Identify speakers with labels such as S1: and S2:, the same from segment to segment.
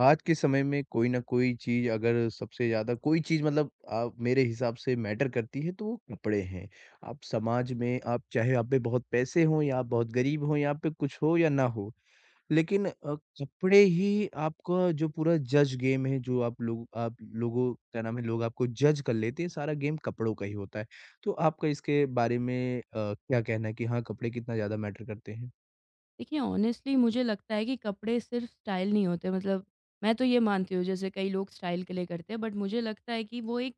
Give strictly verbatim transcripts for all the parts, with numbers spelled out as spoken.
S1: आज के समय में कोई ना कोई चीज़ अगर सबसे ज़्यादा कोई चीज़ मतलब अ, मेरे हिसाब से मैटर करती है तो वो कपड़े हैं। आप समाज में आप चाहे आप पे बहुत पैसे हों या आप बहुत गरीब हों या आप पे कुछ हो या ना हो, लेकिन अ, कपड़े ही आपका जो पूरा जज गेम है जो आप लोग आप लोगों क्या नाम है लोग आपको जज कर लेते हैं, सारा गेम कपड़ों का ही होता है। तो आपका इसके बारे में अ, क्या कहना है कि हाँ, कपड़े कितना ज़्यादा मैटर करते हैं?
S2: देखिए, ऑनेस्टली मुझे लगता है कि कपड़े सिर्फ स्टाइल नहीं होते। मतलब, मैं तो ये मानती हूँ, जैसे कई लोग स्टाइल के लिए करते हैं, बट मुझे लगता है कि वो एक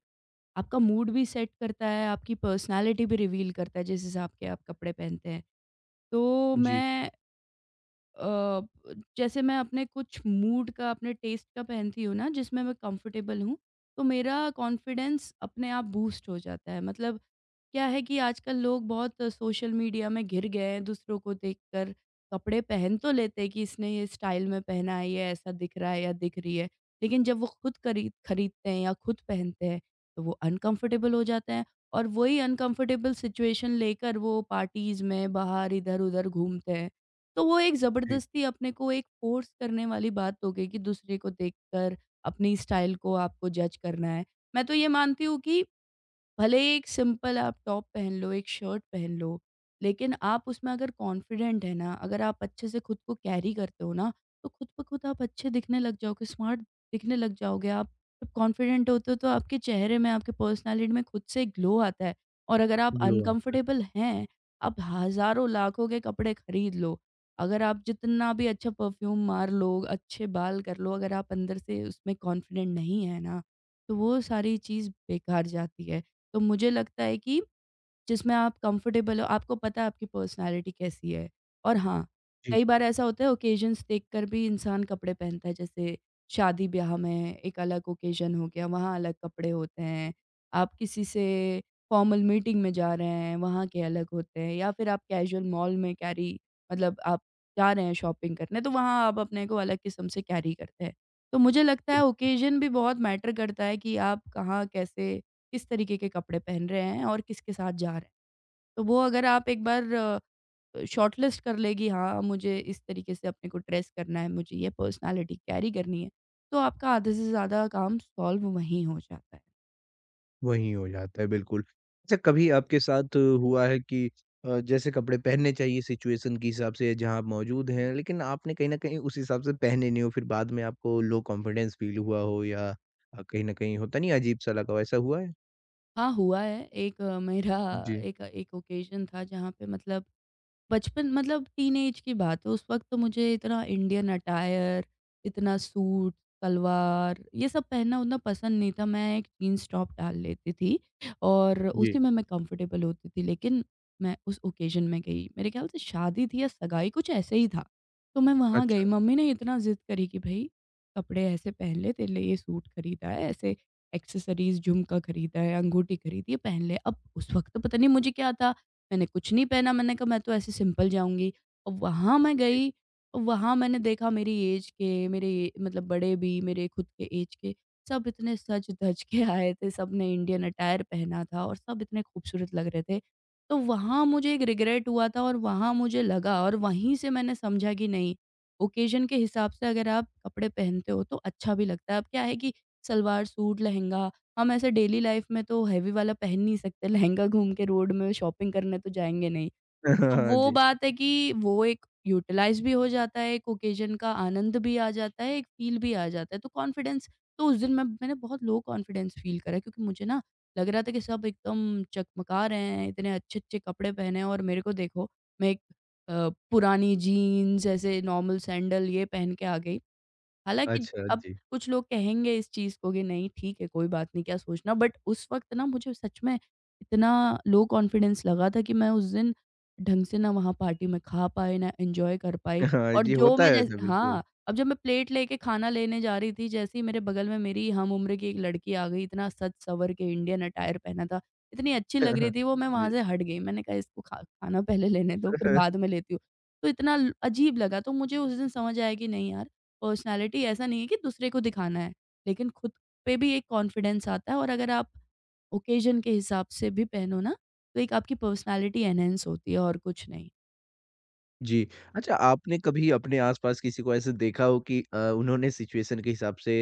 S2: आपका मूड भी सेट करता है, आपकी पर्सनालिटी भी रिवील करता है, जिस हिसाब के आप कपड़े पहनते हैं। तो
S1: जी,
S2: मैं अ, जैसे मैं अपने कुछ मूड का, अपने टेस्ट का पहनती हूँ ना, जिसमें मैं कंफर्टेबल हूँ, तो मेरा कॉन्फिडेंस अपने आप बूस्ट हो जाता है। मतलब क्या है कि आजकल लोग बहुत सोशल मीडिया में घिर गए हैं, दूसरों को देखकर कपड़े पहन तो लेते हैं कि इसने ये स्टाइल में पहना है, ये ऐसा दिख रहा है या दिख रही है। लेकिन जब वो खुद खरीद खरीदते हैं या खुद पहनते हैं, तो वो अनकंफर्टेबल हो जाते हैं। और वही अनकंफर्टेबल सिचुएशन लेकर वो पार्टीज में बाहर इधर उधर घूमते हैं। तो वो एक
S1: जी।
S2: ज़बरदस्ती अपने को एक फोर्स करने वाली बात हो गई कि दूसरे को देखकर अपनी स्टाइल को आपको जज करना है। मैं तो ये मानती हूँ कि भले ही एक सिंपल आप टॉप पहन लो, एक शर्ट पहन लो, लेकिन आप उसमें अगर कॉन्फिडेंट हैं ना, अगर आप अच्छे से खुद को कैरी करते हो ना, तो खुद ब खुद आप अच्छे दिखने लग जाओगे, स्मार्ट दिखने लग जाओगे आप। जब कॉन्फिडेंट होते हो तो आपके चेहरे में, आपके पर्सनैलिटी में खुद से ग्लो आता है। और अगर आप
S1: ग्लो आता है।
S2: अनकंफर्टेबल हैं, आप हज़ारों, लाखों के कपड़े खरीद लो, अगर आप जितना भी अच्छा परफ्यूम मार लो, अच्छे बाल कर लो, अगर आप अंदर से उसमें कॉन्फिडेंट नहीं है ना, तो वो सारी चीज़ बेकार जाती है। तो मुझे लगता है कि जिसमें आप कंफर्टेबल हो, आपको पता है आपकी पर्सनैलिटी कैसी है। और हाँ,
S1: जी।
S2: कई बार ऐसा होता है ओकेजन्स देखकर भी इंसान कपड़े पहनता है। जैसे शादी-ब्याह में एक अलग ओकेजन हो गया, वहाँ अलग कपड़े होते हैं। आप किसी से फॉर्मल मीटिंग में जा रहे हैं, वहाँ के अलग होते हैं। या फिर आप कैजुअल मॉल में कैरी, मतलब आप जा रहे हैं शॉपिंग करने, तो वहाँ आप अपने को अलग किस्म से कैरी करते हैं। तो मुझे लगता है ओकेजन भी बहुत मैटर करता है कि आप कहाँ, कैसे, किस तरीके के कपड़े पहन रहे हैं और किसके साथ जा रहे हैं। तो वो अगर आप एक बार अ, शॉर्टलिस्ट कर लेगी, हाँ, मुझे इस तरीके से अपने को ड्रेस करना है, मुझे ये पर्सनैलिटी कैरी करनी है, तो आपका आधे से ज़्यादा काम सॉल्व वहीं हो जाता है।
S1: वही हो जाता है, बिल्कुल। अच्छा कभी आपके साथ हुआ है कि अ, जैसे कपड़े पहनने चाहिए सिचुएशन के हिसाब से जहाँ आप मौजूद हैं, लेकिन आपने कहीं न कहीं उस हिसाब से पहने नहीं हो, फिर बाद में आपको लो कॉन्फिडेंस फ़ील हुआ हो या अ, कहीं न कहीं होता नहीं है अजीब-सा लगा हो, ऐसा हुआ है?
S2: हाँ, हुआ है। एक अ, मेरा
S1: जी,
S2: एक एक ओकेज़न था जहाँ पे, मतलब बचपन, मतलब टीनएज की बात है। उस वक़्त तो मुझे इतना इंडियन अटायर, इतना सूट, सलवार ये सब पहनना उतना पसंद नहीं था। मैं एक जीन्स टॉप डाल लेती थी और
S1: जी।
S2: उसी में मैं कंफर्टेबल होती थी। लेकिन मैं उस ओकेज़न में गई, मेरे ख़्याल से शादी थी या सगाई कुछ ऐसे ही था। तो मैं वहाँ
S1: अच्छा,
S2: गई, मम्मी ने इतना ज़िद करी कि भई कपड़े ऐसे पहन ले, तेरे लिए ये सूट खरीदा है, ऐसे एक्सेसरीज़ झुमका खरीदा है, अंगूठी खरीदी है, पहन ले। अब उस वक़्त तो पता नहीं मुझे क्या था, मैंने कुछ नहीं पहना, मैंने कहा मैं तो ऐसे सिंपल जाऊँगी। और वहाँ मैं
S1: जी।
S2: गई, और वहाँ मैंने देखा मेरी ऐज के, मेरे ये- मतलब बड़े भी, मेरे खुद के ऐज के, सब इतने सज-धज के आए थे, सबने इंडियन अटायर पहना था और सब इतने खूबसूरत लग रहे थे। तो वहाँ मुझे एक रिग्रेट हुआ था और वहाँ मुझे लगा, और वहीं से मैंने समझा कि नहीं, ओकेज़न के हिसाब से अगर आप कपड़े पहनते हो तो अच्छा भी लगता है। अब क्या है कि सलवार सूट, लहंगा हम ऐसे डेली लाइफ में तो हेवी वाला पहन नहीं सकते, लहंगा घूम के रोड में शॉपिंग करने तो जाएँगे नहीं। तो
S1: हाँ
S2: वो
S1: जी।
S2: बात है कि वो एक यूटिलाइज़ भी हो जाता है, एक ओकेज़न का आनंद भी आ जाता है, एक फ़ील भी आ जाता है। तो कॉन्फिडेंस। तो उस दिन मैं मैंने बहुत लो कॉन्फिडेंस फ़ील करा, क्योंकि मुझे ना लग रहा था कि सब एकदम चकमका रहे हैं, इतने अच्छे-अच्छे कपड़े पहने हैं और मेरे को देखो, मैं एक अ, पुरानी जीन्स, ऐसे नॉर्मल सैंडल ये पहन के आ गई। हालाँकि
S1: अच्छा,
S2: अब
S1: जी।
S2: कुछ लोग कहेंगे इस चीज़ को कि नहीं ठीक है, कोई बात नहीं, क्या सोचना। बट उस वक़्त ना, मुझे सच में इतना लो कॉन्फिडेंस लगा था कि मैं उस दिन ढंग से ना वहाँ पार्टी में खा पाई, ना एन्जॉय कर पाई।
S1: हाँ
S2: और
S1: जी,
S2: जो
S1: होता
S2: मैं
S1: है ऐसा
S2: जैसे,
S1: बिल्कुल।
S2: हाँ, अब जब मैं प्लेट लेके खाना लेने जा रही थी, जैसे ही मेरे बगल में मेरी हम उम्र की एक लड़की आ गई, इतना सज-सवर के इंडियन अटायर पहना था, इतनी अच्छी लग रही थी वो, मैं वहाँ
S1: जी।
S2: से हट गई। मैंने कहा इसको खा खाना पहले लेने दो, फिर बाद में लेती हूँ। तो इतना ल अजीब लगा। तो मुझे उस दिन समझ आया कि नहीं यार, पर्सनैलिटी ऐसा नहीं है कि दूसरे को दिखाना है, लेकिन खुद पे भी एक कॉन्फिडेंस आता है। और अगर आप ओकेजन के हिसाब से भी पहनो ना, तो एक आपकी पर्सनैलिटी एनहांस होती है और कुछ नहीं।
S1: जी। अच्छा आपने कभी अपने आस-पास किसी को ऐसे देखा हो कि अ, उन्होंने सिचुएशन के हिसाब से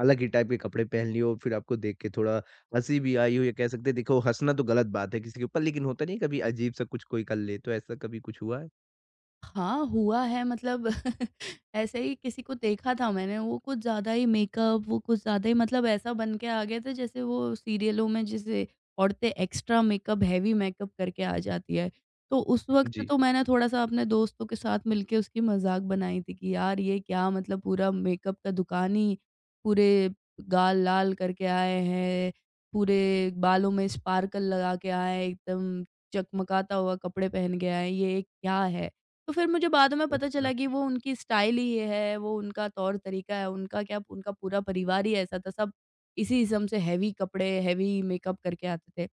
S1: अलग ही टाइप के कपड़े पहन लिए हो और फिर आपको देख के थोड़ा हँसी भी आई हो या कह सकते हैं देखो हँसना तो गलत बात है किसी के ऊपर लेकिन होता नहीं है कभी अजीब-सा कुछ कोई कर ले, तो ऐसा कभी कुछ हुआ है?
S2: हाँ, हुआ है, मतलब ऐसे ही किसी को देखा था मैंने। वो कुछ ज़्यादा ही मेकअप, वो कुछ ज़्यादा ही, मतलब ऐसा बन के आ गए थे जैसे वो सीरियलों में जैसे औरतें एक्स्ट्रा मेकअप, हेवी मेकअप करके आ जाती है। तो उस वक़्त
S1: जी।
S2: तो मैंने थोड़ा-सा अपने दोस्तों के साथ मिलके उसकी मज़ाक बनाई थी कि यार ये क्या, मतलब पूरा मेकअप का दुकान ही पूरे गाल लाल करके आए हैं, पूरे बालों में स्पार्कल लगा के आए हैं, एकदम चकमकाता हुआ कपड़े पहन के आए हैं, ये क्या है? तो फिर मुझे बाद में पता
S1: अच्छा,
S2: चला कि वो उनकी स्टाइल ही ये है, वो उनका तौर-तरीका है, उनका क्या उनका पूरा परिवार ही ऐसा था, सब इसी इज़्म से हेवी कपड़े, हेवी मेकअप करके आते थे।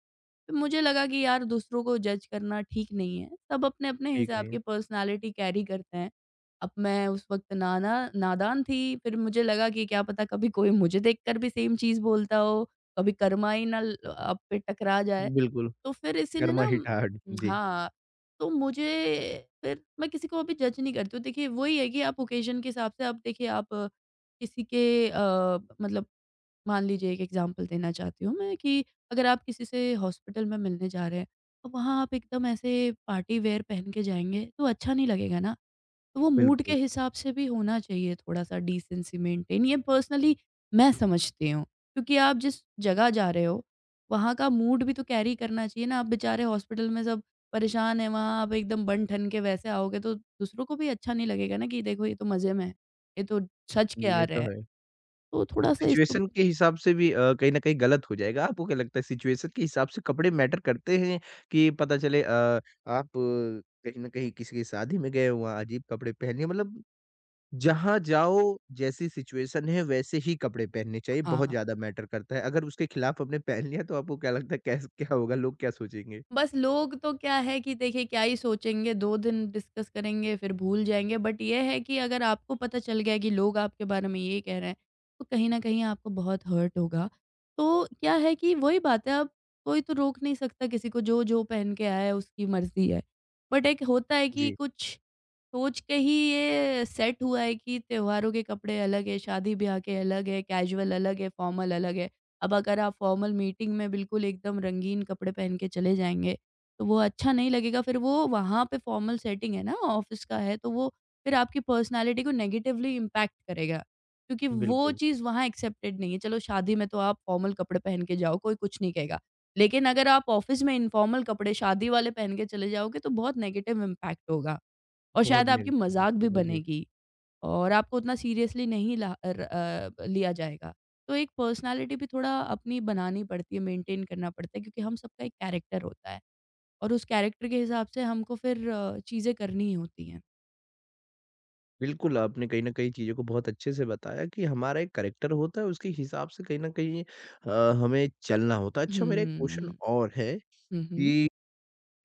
S2: तो मुझे लगा कि यार दूसरों को जज करना ठीक नहीं है, सब अपने-अपने
S1: ठीक
S2: हिसाब
S1: नहीं है।
S2: की पर्सनैलिटी कैरी करते हैं। अब मैं उस वक़्त नाना नादान थी, फिर मुझे लगा कि क्या पता कभी कोई मुझे देखकर भी सेम चीज़ बोलता हो, कभी कर्मा ही ना ल आप पे टकरा जाए।
S1: बिल्कुल,
S2: तो फिर इसीलिए ना,
S1: गर्माहिट आहट। जी,
S2: हाँ, तो मुझे, फिर मैं किसी को अभी जज नहीं करती हूँ। देखिए, वही है कि आप ओकेज़न के हिसाब से, आप देखिए आप अ, किसी के अ, मतलब, मान लीजिए एक एग्ज़ाम्पल देना चाहती हूँ मैं कि अगर आप किसी से हॉस्पिटल में मिलने जा रहे हैं, तो वहाँ आप एकदम ऐसे पार्टी वियर पहन के जाएँगे, तो अच्छा नहीं लगेगा ना। तो वो मूड
S1: बिल्कुल।
S2: के हिसाब से भी होना चाहिए, थोड़ा-सा डिसेंसी मेंटेन, ये पर्सनली मैं समझती हूँ। क्योंकि आप जिस जगह जा रहे हो, वहाँ का मूड भी तो कैरी करना चाहिए ना। आप बेचारे हॉस्पिटल में सब परेशान हैं, वहाँ आप एकदम बन-ठन के वैसे आओगे तो दूसरों को भी अच्छा नहीं लगेगा ना कि देखो ये तो मज़े में है, ये तो सच के आ
S1: ये
S2: रहे
S1: तो
S2: हैं।
S1: है।
S2: तो
S1: और
S2: थोड़ा-सा इसको भी।
S1: सिचुएशन के हिसाब से भी अ, कहीं न कहीं गलत हो जाएगा। आपको क्या लगता है सिचुएशन के हिसाब से कपड़े मैटर करते हैं कि पता चले अ, आप अ, कहीं न कहीं किसी की शादी में गए हो, वहाँ अजीब कपड़े पहने मतलब जहाँ जाओ जैसी सिचुएशन है वैसे ही कपड़े पहनने चाहिए, बहुत
S2: हाँ।
S1: ज़्यादा मैटर करता है। अगर उसके खिलाफ हमने पहन लिया तो आपको क्या लगता है कैस क्या होगा, लोग क्या सोचेंगे?
S2: बस लोग तो क्या है कि देखिए क्या ही सोचेंगे, दो दिन डिस्कस करेंगे फिर भूल जाएँगे। बट ये है कि अगर आपको पता चल गया कि लोग आपके बारे में ये कह रहे हैं, तो कहीं न कहीं आपको बहुत हर्ट होगा। तो क्या है कि वही बात है, अब कोई तो रोक नहीं सकता किसी को, जो-जो पहन के आया है उसकी मर्ज़ी है। बट एक होता है कि
S1: जी,
S2: कुछ सोच के ही ये सेट हुआ है कि त्योहारों के कपड़े अलग है, शादी-ब्याह के अलग है, कैजुअल अलग है, फॉर्मल अलग है। अब अगर आप फॉर्मल मीटिंग में बिल्कुल एकदम रंगीन कपड़े पहन के चले जाएँगे, तो वो अच्छा नहीं लगेगा। फिर वो वहाँ पे फॉर्मल सेटिंग है ना, ऑफ़िस का है, तो वो फिर आपकी पर्सनैलिटी को नेगेटिवली इम्पैक्ट करेगा, क्योंकि वो
S1: बिल्कुल।
S2: चीज़ वहाँ एक्सेप्टेड नहीं है। चलो शादी में तो आप फॉर्मल कपड़े पहन के जाओ, कोई कुछ नहीं कहेगा। लेकिन अगर आप ऑफ़िस में इन्फॉर्मल कपड़े शादी वाले पहन के चले जाओगे, तो बहुत नेगेटिव इम्पैक्ट होगा। और
S1: बहुत
S2: शायद आपकी
S1: नेगेटिव
S2: मज़ाक
S1: इम्पैक्ट
S2: भी
S1: होगा। जी।
S2: बनेगी, और आपको उतना सीरियसली नहीं ला र अ, लिया जाएगा। तो एक पर्सनैलिटी भी थोड़ा अपनी बनानी पड़ती है, मेंटेन करना पड़ता है, क्योंकि हम सबका एक कैरेक्टर होता है और उस कैरेक्टर के हिसाब से हमको फिर अ, चीज़ें करनी ही होती हैं।
S1: बिल्कुल, आपने कहीं न कहीं चीज़ों को बहुत अच्छे से बताया कि हमारा एक करैक्टर होता है, उसके हिसाब से कहीं न कहीं अ, हमें चलना होता है। अच्छा मेरा एक क्वेश्चन
S2: हुँ,
S1: और है
S2: हुँ, हुँ।
S1: कि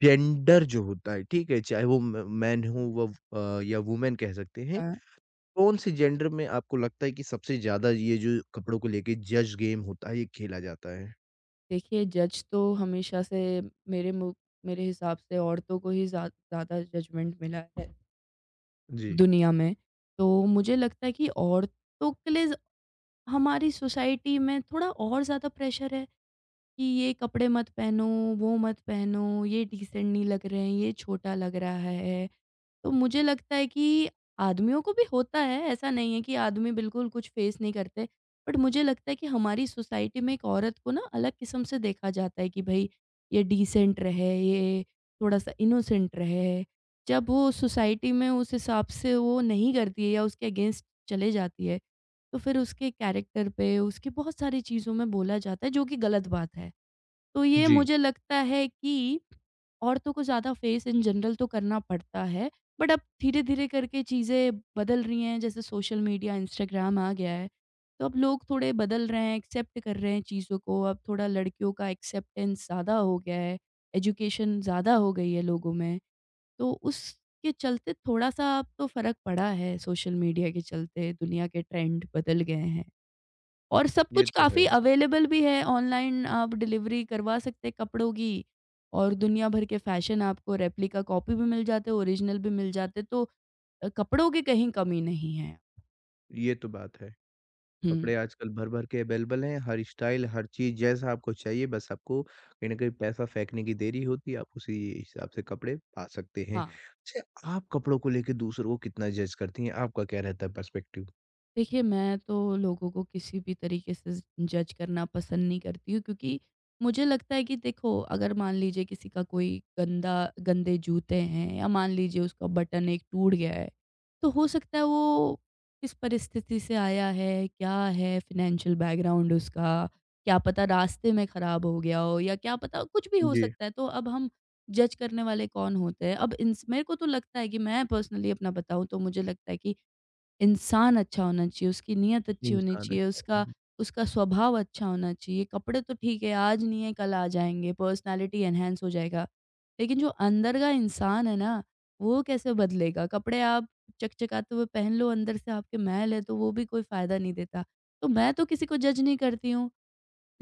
S1: जेंडर जो होता है, ठीक है? चाहे वो म मैन हो व अ, या वुमेन कह सकते हैं,
S2: अ,
S1: कौन-से जेंडर में आपको लगता है कि सबसे ज़्यादा ये जो कपड़ों को लेके जज गेम होता है, ये खेला जाता है?
S2: देखिए जज तो हमेशा से मेरे मु मेरे हिसाब से औरतों को ही ज़्या ज़्यादा जजमेंट मिला है
S1: जी।
S2: दुनिया में। तो मुझे लगता है कि औरतों के लिए हमारी सोसाइटी में थोड़ा और ज़्यादा प्रेशर है कि ये कपड़े मत पहनो, वो मत पहनो, ये डिसेंट नहीं लग रहे हैं, ये छोटा लग रहा है। तो मुझे लगता है कि आदमियों को भी होता है, ऐसा नहीं है कि आदमी बिल्कुल कुछ फ़ेस नहीं करते। बट मुझे लगता है कि हमारी सोसाइटी में एक औरत को ना अलग किस्म से देखा जाता है कि भई ये डिसेंट रहे, ये थोड़ा-सा इनोसेंट रहे। जब वो सोसाइटी में उस हिसाब से वो नहीं करती है या उसके अगेंस्ट चले जाती है, तो फिर उसके कैरेक्टर पे, उसकी बहुत सारी चीज़ों में बोला जाता है जो कि गलत बात है। तो ये
S1: जी।
S2: मुझे लगता है कि औरतों को ज़्यादा फेस इन जनरल तो करना पड़ता है, बट अब धीरे-धीरे करके चीज़ें बदल रही हैं, जैसे सोशल मीडिया, इंस्टाग्राम आ गया है, तो अब लोग थोड़े बदल रहे हैं, एक्सेप्ट कर रहे हैं चीज़ों को। अब थोड़ा लड़कियों का एक्सेप्टेंस ज़्यादा हो गया है, एजुकेशन ज़्यादा हो गई है लोगों में, तो उसके चलते थोड़ा-सा अब तो फ़र्क पड़ा है सोशल मीडिया के चलते, दुनिया के ट्रेंड बदल गए हैं। और सब
S1: ये
S2: कुछ
S1: तो है।
S2: काफ़ी अवेलेबल भी है, ऑनलाइन आप डिलीवरी करवा सकते हैं कपड़ों की और दुनिया भर के फैशन आपको रेप्लिका कॉपी भी मिल जाते हैं, ओरिजिनल भी मिल जाते हैं, तो अ, कपड़ों की कहीं कमी नहीं है।
S1: ये तो बात है।
S2: हुँ,
S1: कपड़े आजकल भर-भर के अवेलेबल हैं, हर स्टाइल, हर चीज़ जैसा आपको चाहिए बस आपको कहीं न कहीं पैसा फेंकने की देरी होती है, आप उसी हिसाब से कपड़े पा सकते हैं।
S2: हाँ।
S1: अच्छा आप कपड़ों को लेके दूसरों को कितना जज करती हैं? आपका क्या रहता है पर्सपेक्टिव?
S2: देखिए, मैं तो लोगों को किसी भी तरीके से ज जज करना पसंद नहीं करती हूँ क्योंकि मुझे लगता है कि देखो अगर मान लीजिए किसी का कोई गंदा गंदे जूते हैं या मान लीजिए उसका बटन एक टूट गया है, तो हो सकता है वो किस परिस्थिति से आया है, क्या है फ़ाइनेंशियल बैकग्राउंड उसका, क्या पता रास्ते में ख़राब हो गया हो या क्या पता कुछ भी हो
S1: जी,
S2: सकता है। तो अब हम जज करने वाले कौन होते हैं? अब इंस मेरे को तो लगता है कि मैं पर्सनली अपना बताऊँ तो मुझे लगता है कि इंसान अच्छा होना चाहिए, उसकी नियत अच्छी होनी
S1: इंसान है
S2: चाहिए,
S1: क्या होना
S2: उसका
S1: है।
S2: उसका स्वभाव अच्छा होना चाहिए। कपड़े तो ठीक है, आज नहीं है कल आ जाएँगे, पर्सनैलिटी एनहांस हो जाएगा। लेकिन जो अंदर का इंसान है ना, वो कैसे बदलेगा? कपड़े आप चकचकाते हुए पहन लो, अंदर से आपके मैल है, तो वो भी कोई फ़ायदा नहीं देता। तो मैं तो किसी को जज नहीं करती हूँ,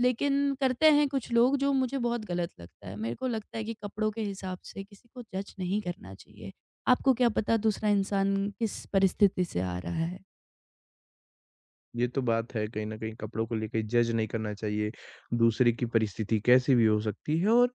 S2: लेकिन करते हैं कुछ लोग जो मुझे बहुत गलत लगता है। मेरे को लगता है कि कपड़ों के हिसाब से किसी को जज नहीं करना चाहिए। आपको क्या पता दूसरा इंसान किस परिस्थिति से आ रहा है।
S1: ये तो बात है कहीं न कहीं कपड़ों को लेके जज नहीं करना चाहिए, दूसरे की परिस्थिति कैसी भी हो सकती है और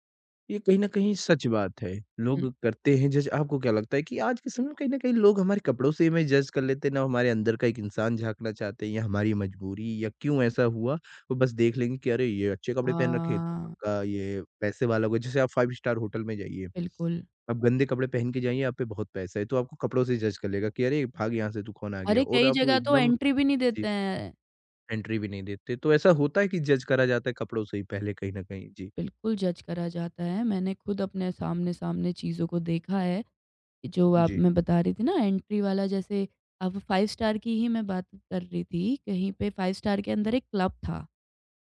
S1: ये कहीं न कहीं सच बात है।
S2: हुँ।
S1: लोग करते हैं जज आपको क्या लगता है कि आज के समय में कहीं न कहीं लोग हमारे कपड़ों से हमें जज कर लेते हैं, ना हमारे अंदर का एक इंसान झाँकना चाहते हैं या हमारी मजबूरी या क्यों ऐसा हुआ? वो बस देख लेंगे कि अरे! ये अच्छे कपड़े पहन रखे हैं, तो
S2: हाँ,
S1: पक्का ये पैसे वाला होगा। जैसे आप फ़ाइव स्टार होटल में जाइए,
S2: बिल्कुल।
S1: आप गंदे कपड़े पहन के जाइए, आप पे बहुत पैसा है, तो आपको कपड़ों से जज कर लेगा कि अरे! भाग यहाँ से तू कौन आ गया?
S2: अरे,
S1: और
S2: कई
S1: आप
S2: जगह तो
S1: एकदम
S2: एंट्री भी नहीं
S1: जी,
S2: देते हैं।
S1: एंट्री भी नहीं देते। तो ऐसा होता है कि जज करा जाता है कपड़ों से ही पहले कहीं न कहीं? जी।
S2: बिल्कुल जज करा जाता है। मैंने खुद अपने सामने-सामने चीज़ों को देखा है कि जो आप
S1: जी।
S2: मैं बता रही थी ना एंट्री वाला जैसे अब फ़ाइव स्टार की ही मैं बात कर रही थी। कहीं पे फ़ाइव स्टार के अंदर एक क्लब था।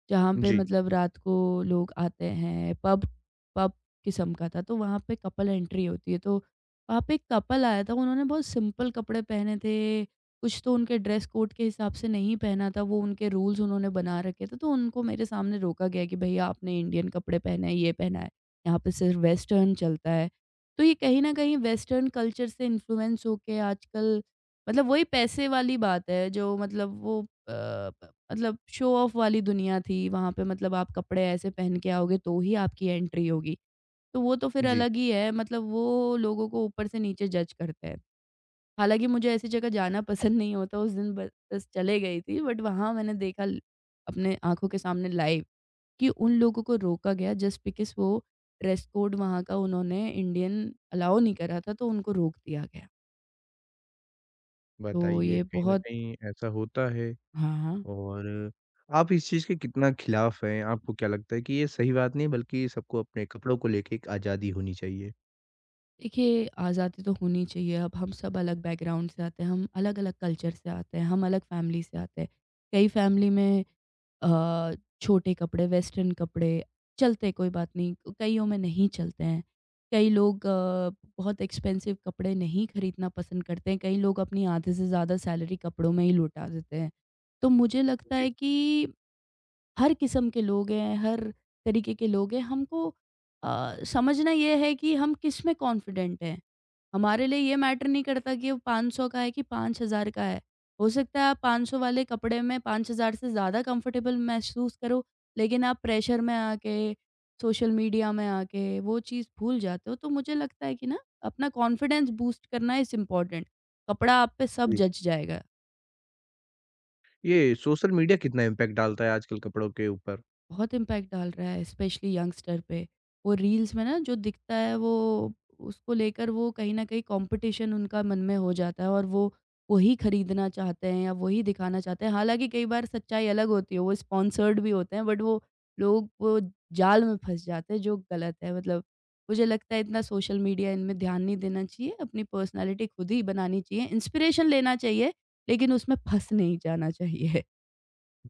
S2: जहाँ पे
S1: जी।
S2: मतलब रात को लोग आते हैं, पब पब किस्म का था, तो वहाँ पे कपल एंट्री होती है, तो वहाँ पे एक कपल आया था, उन्होंने बहुत सिंपल कपड़े पहने थे, कुछ तो उनके ड्रेस कोड के हिसाब से नहीं पहना था, वो उनके रूल्स उन्होंने बना रखे थे, तो उनको मेरे सामने रोका गया कि भैया आपने इंडियन कपड़े पहने हैं, ये पहना है, यहाँ पे सिर्फ़ वेस्टर्न चलता है। तो ये कहीं न कहीं वेस्टर्न कल्चर से इन्फ्लुएंस होके आजकल मतलब वही पैसे वाली बात है जो मतलब वो अ, प मतलब शो ऑफ वाली दुनिया थी, वहाँ पे मतलब आप कपड़े ऐसे पहन के आओगे तो ही आपकी एंट्री होगी। तो वो तो फिर
S1: जी।
S2: अलग ही है मतलब वो लोगों को ऊपर से नीचे जज करते हैं। हालाँकि मुझे ऐसी जगह जाना पसंद नहीं होता, उस दिन ब बस चले गई थी बट वहाँ मैंने देखा ल अपने आँखों के सामने लाइव कि उन लोगों को रोका गया जस्ट बिकॉज़ वो ड्रेस कोड वहाँ का उन्होंने इंडियन अलाउ नहीं करा था, तो उनको रोक दिया गया। तो
S1: बताइए,
S2: ये
S1: कहीं न
S2: बहुत।
S1: कहीं ऐसा होता है
S2: हाँ, हाँ।
S1: और आप इस चीज़ के कितना खिलाफ़ हैं? आपको क्या लगता है कि ये सही बात नहीं है बल्कि सबको अपने कपड़ों को लेके एक आज़ादी होनी चाहिए?
S2: देखिए, आज़ादी तो होनी चाहिए। अब हम सब अलग बैकग्राउंड से आते हैं, हम अलग-अलग कल्चर से आते हैं, हम अलग फैमिली से आते हैं। कई फैमिली में अ, छोटे कपड़े, वेस्टर्न कपड़े चलते, कोई बात नहीं, कइयों में नहीं चलते हैं। कई लोग अ, बहुत एक्सपेंसिव कपड़े नहीं खरीदना पसंद करते हैं, कई लोग अपनी आधे से ज़्यादा सैलरी कपड़ों में ही लुटा देते हैं। तो मुझे लगता
S1: जी,
S2: है कि हर किस्म के लोग हैं, हर तरीके के लोग हैं। हमको अ, समझना ये है कि हम किस में कॉन्फिडेंट हैं। हमारे लिए ये मैटर नहीं करता कि वो पाँच सौ का है कि पाँच हज़ार का है। हो सकता है आप पाँच सौ वाले कपड़े में पाँच हज़ार से ज़्यादा कंफर्टेबल महसूस करो, लेकिन आप प्रेशर में आके, सोशल मीडिया में आके वो चीज़ भूल जाते हो। तो मुझे लगता है कि ना अपना कॉन्फिडेंस बूस्ट करना इज़ इम्पोर्टेंट। कपड़ा आप पे सब
S1: जी।
S2: जच जाएगा।
S1: ये सोशल मीडिया कितना इम्पैक्ट डालता है आजकल कपड़ों के ऊपर?
S2: बहुत इम्पैक्ट डाल रहा है स्पेशली यंगस्टर पे। वो रील्स में ना जो दिखता है वो उसको लेकर वो कहीं न कहीं कॉम्पिटिशन उनका मन में हो जाता है और वो वही खरीदना चाहते हैं या वही दिखाना चाहते हैं। हालाँकि कई बार सच्चाई अलग होती है, वो स्पॉन्सर्ड भी होते हैं बट वो लोग वो जाल में फँस जाते हैं जो गलत है। मतलब मुझे लगता है इतना सोशल मीडिया इनमें ध्यान नहीं देना चाहिए, अपनी पर्सनैलिटी खुद ही बनानी चाहिए, इंस्पिरेशन लेना चाहिए लेकिन उसमें फँस नहीं जाना चाहिए।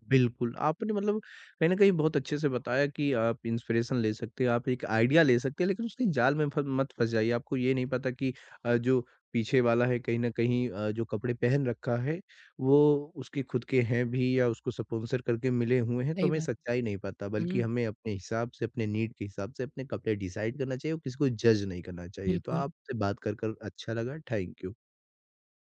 S1: बिल्कुल, आपने मतलब कहीं न कहीं बहुत अच्छे से बताया कि आप इंस्पिरेशन ले सकते हैं, आप एक आइडिया ले सकते हैं, लेकिन उसकी जाल में फ मत फँस जाइए। आपको ये नहीं पता कि अ, जो पीछे वाला है कहीं न कहीं अ, जो कपड़े पहन रखा है, वो उसके खुद के हैं भी या उसको स्पॉन्सर करके मिले हुए हैं, तो
S2: सही
S1: हमें
S2: बात।
S1: सच्चाई नहीं पता। बल्कि
S2: हुँ,
S1: हमें अपने हिसाब से, अपने नीड के हिसाब से अपने कपड़े डिसाइड करना चाहिए और किसी को जज नहीं करना चाहिए। तो
S2: बिल्कुल।
S1: आपसे बात कर, कर अच्छा लगा। Thank you.